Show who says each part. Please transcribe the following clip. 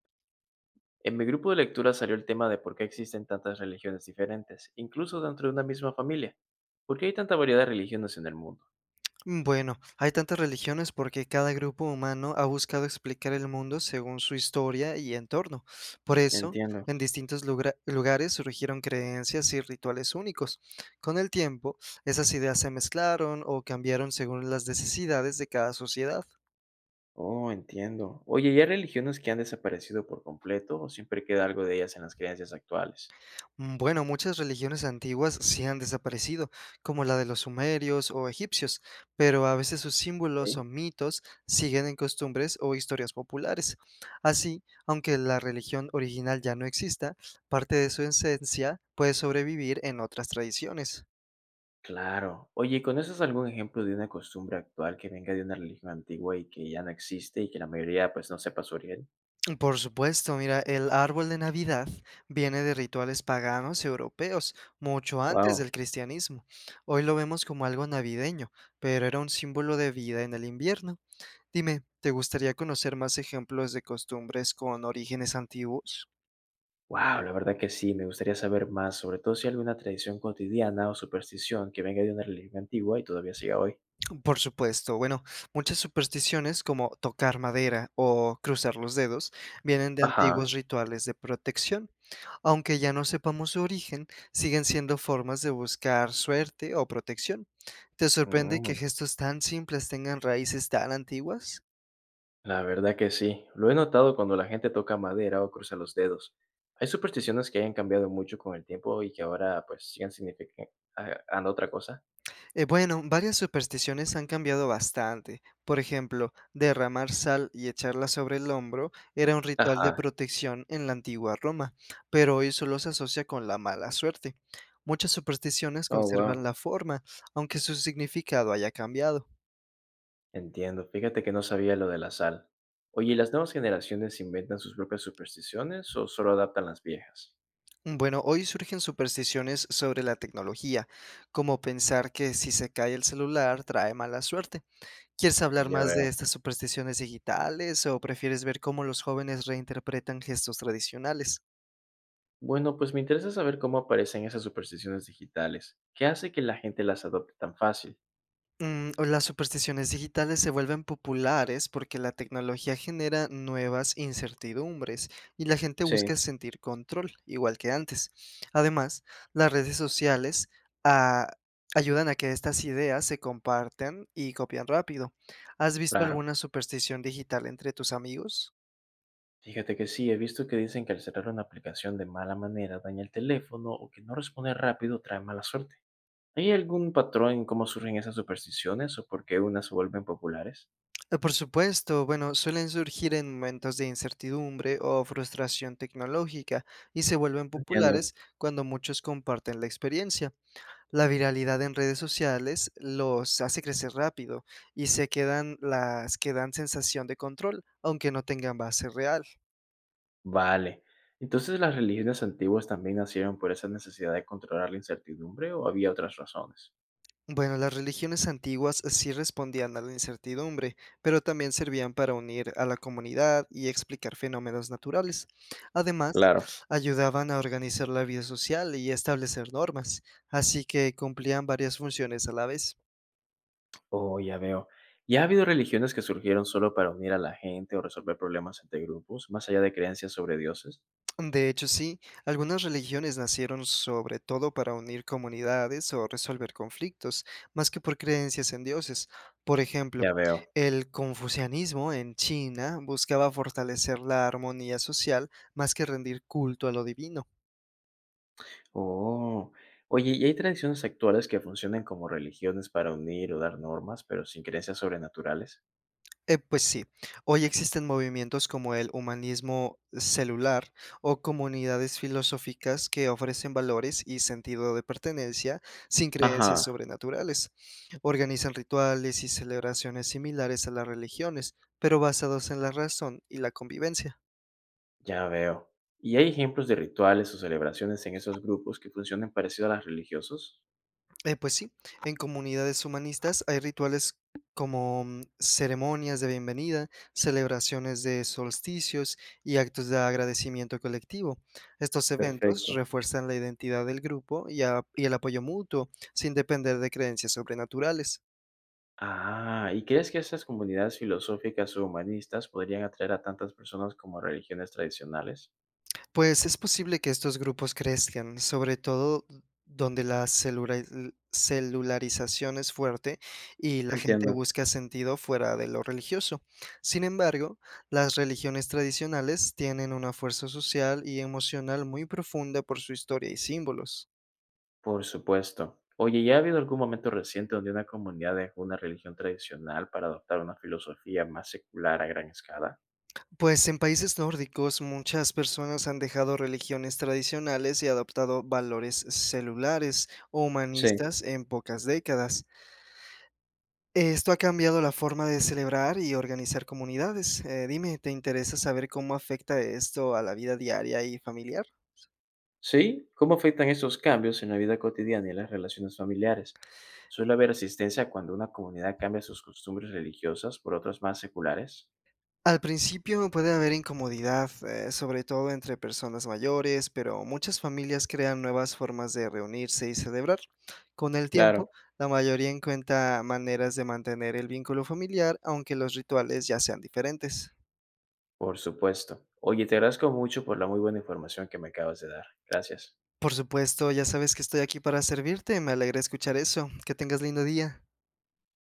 Speaker 1: En mi grupo de lectura salió el tema de por qué existen tantas religiones diferentes, incluso dentro de una misma familia. ¿Por qué hay tanta variedad de religiones en el mundo?
Speaker 2: Bueno, hay tantas religiones porque cada grupo humano ha buscado explicar el mundo según su historia y entorno. Por eso,
Speaker 1: Entiendo.
Speaker 2: en distintos lugares surgieron creencias y rituales únicos. Con el tiempo, esas ideas se mezclaron o cambiaron según las necesidades de cada sociedad.
Speaker 1: Oh, entiendo. Oye, ¿y hay religiones que han desaparecido por completo o siempre queda algo de ellas en las creencias actuales?
Speaker 2: Bueno, muchas religiones antiguas sí han desaparecido, como la de los sumerios o egipcios, pero a veces sus
Speaker 1: Ok.
Speaker 2: símbolos o mitos siguen en costumbres o historias populares. Así, aunque la religión original ya no exista, parte de su esencia puede sobrevivir en otras tradiciones.
Speaker 1: Claro. Oye, ¿conoces algún ejemplo de una costumbre actual que venga de una religión antigua y que ya no existe y que la mayoría pues no sepa su origen?
Speaker 2: Por supuesto, mira, el árbol de Navidad viene de rituales paganos europeos, mucho antes
Speaker 1: Wow.
Speaker 2: del cristianismo. Hoy lo vemos como algo navideño, pero era un símbolo de vida en el invierno. Dime, ¿te gustaría conocer más ejemplos de costumbres con orígenes antiguos?
Speaker 1: Wow, la verdad que sí, me gustaría saber más, sobre todo si hay alguna tradición cotidiana o superstición que venga de una religión antigua y todavía siga hoy.
Speaker 2: Por supuesto. Bueno, muchas supersticiones como tocar madera o cruzar los dedos vienen de
Speaker 1: Ajá.
Speaker 2: antiguos rituales de protección. Aunque ya no sepamos su origen, siguen siendo formas de buscar suerte o protección. ¿Te sorprende que
Speaker 1: Mm,
Speaker 2: gestos tan simples tengan raíces tan antiguas?
Speaker 1: La verdad que sí, lo he notado cuando la gente toca madera o cruza los dedos. Hay supersticiones que hayan cambiado mucho con el tiempo y que ahora pues sigan significando otra cosa.
Speaker 2: Bueno, varias supersticiones han cambiado bastante. Por ejemplo, derramar sal y echarla sobre el hombro era un ritual
Speaker 1: Ajá.
Speaker 2: de protección en la antigua Roma, pero hoy solo se asocia con la mala suerte. Muchas supersticiones
Speaker 1: Oh,
Speaker 2: conservan
Speaker 1: wow.
Speaker 2: la forma, aunque su significado haya cambiado.
Speaker 1: Entiendo. Fíjate que no sabía lo de la sal. Oye, ¿las nuevas generaciones inventan sus propias supersticiones o solo adaptan las viejas?
Speaker 2: Bueno, hoy surgen supersticiones sobre la tecnología, como pensar que si se cae el celular trae mala suerte. ¿Quieres hablar
Speaker 1: Ya
Speaker 2: más de
Speaker 1: veo.
Speaker 2: estas supersticiones digitales o prefieres ver cómo los jóvenes reinterpretan gestos tradicionales?
Speaker 1: Bueno, pues me interesa saber cómo aparecen esas supersticiones digitales. ¿Qué hace que la gente las adopte tan fácil?
Speaker 2: O las supersticiones digitales se vuelven populares porque la tecnología genera nuevas incertidumbres y la gente
Speaker 1: Sí,
Speaker 2: busca sentir control, igual que antes. Además, las redes sociales ah, ayudan a que estas ideas se compartan y copian rápido. ¿Has visto
Speaker 1: claro.
Speaker 2: alguna superstición digital entre tus amigos?
Speaker 1: Fíjate que sí, he visto que dicen que al cerrar una aplicación de mala manera daña el teléfono o que no responde rápido trae mala suerte. ¿Hay algún patrón en cómo surgen esas supersticiones o por qué unas se vuelven populares?
Speaker 2: Por supuesto, bueno, suelen surgir en momentos de incertidumbre o frustración tecnológica y se vuelven
Speaker 1: Entiendo.
Speaker 2: populares cuando muchos comparten la experiencia. La viralidad en redes sociales los hace crecer rápido y se quedan las que dan sensación de control, aunque no tengan base real.
Speaker 1: Vale. Entonces, ¿las religiones antiguas también nacieron por esa necesidad de controlar la incertidumbre o había otras razones?
Speaker 2: Bueno, las religiones antiguas sí respondían a la incertidumbre, pero también servían para unir a la comunidad y explicar fenómenos naturales. Además,
Speaker 1: Claro.
Speaker 2: ayudaban a organizar la vida social y establecer normas, así que cumplían varias funciones a la vez.
Speaker 1: Oh, ya veo. ¿Y ha habido religiones que surgieron solo para unir a la gente o resolver problemas entre grupos, más allá de creencias sobre dioses?
Speaker 2: De hecho, sí, algunas religiones nacieron sobre todo para unir comunidades o resolver conflictos, más que por creencias en dioses. Por ejemplo,
Speaker 1: Ya veo.
Speaker 2: el confucianismo en China buscaba fortalecer la armonía social más que rendir culto a lo divino.
Speaker 1: Oh. Oye, ¿y hay tradiciones actuales que funcionen como religiones para unir o dar normas, pero sin creencias sobrenaturales?
Speaker 2: Pues sí, hoy existen movimientos como el humanismo celular o comunidades filosóficas que ofrecen valores y sentido de pertenencia sin creencias
Speaker 1: Ajá,
Speaker 2: sobrenaturales. Organizan rituales y celebraciones similares a las religiones, pero basados en la razón y la convivencia.
Speaker 1: ya veo. ¿Y hay ejemplos de rituales o celebraciones en esos grupos que funcionen parecido a las religiosos?
Speaker 2: Pues sí, en comunidades humanistas hay rituales como ceremonias de bienvenida, celebraciones de solsticios y actos de agradecimiento colectivo. Estos eventos
Speaker 1: Perfecto.
Speaker 2: refuerzan la identidad del grupo y el apoyo mutuo sin depender de creencias sobrenaturales.
Speaker 1: Ah, ¿y crees que esas comunidades filosóficas o humanistas podrían atraer a tantas personas como religiones tradicionales?
Speaker 2: Pues es posible que estos grupos crezcan, sobre todo donde la celularización es fuerte y la gente
Speaker 1: Entiendo.
Speaker 2: busca sentido fuera de lo religioso. Sin embargo, las religiones tradicionales tienen una fuerza social y emocional muy profunda por su historia y símbolos.
Speaker 1: Por supuesto. Oye, ¿ya ha habido algún momento reciente donde una comunidad dejó una religión tradicional para adoptar una filosofía más secular a gran escala?
Speaker 2: Pues en países nórdicos muchas personas han dejado religiones tradicionales y adoptado valores celulares o
Speaker 1: Sí,
Speaker 2: humanistas en pocas décadas. Esto ha cambiado la forma de celebrar y organizar comunidades. Dime, ¿te interesa saber cómo afecta esto a la vida diaria y familiar?
Speaker 1: sí. ¿Cómo afectan esos cambios en la vida cotidiana y en las relaciones familiares? ¿Suele haber resistencia cuando una comunidad cambia sus costumbres religiosas por otras más seculares?
Speaker 2: Al principio puede haber incomodidad, sobre todo entre personas mayores, pero muchas familias crean nuevas formas de reunirse y celebrar. Con el
Speaker 1: Claro.
Speaker 2: tiempo, la mayoría encuentra maneras de mantener el vínculo familiar, aunque los rituales ya sean diferentes.
Speaker 1: Por supuesto. Oye, te agradezco mucho por la muy buena información que me acabas de dar. Gracias.
Speaker 2: Por supuesto, ya sabes que estoy aquí para servirte. Me alegra escuchar eso. Que tengas lindo día.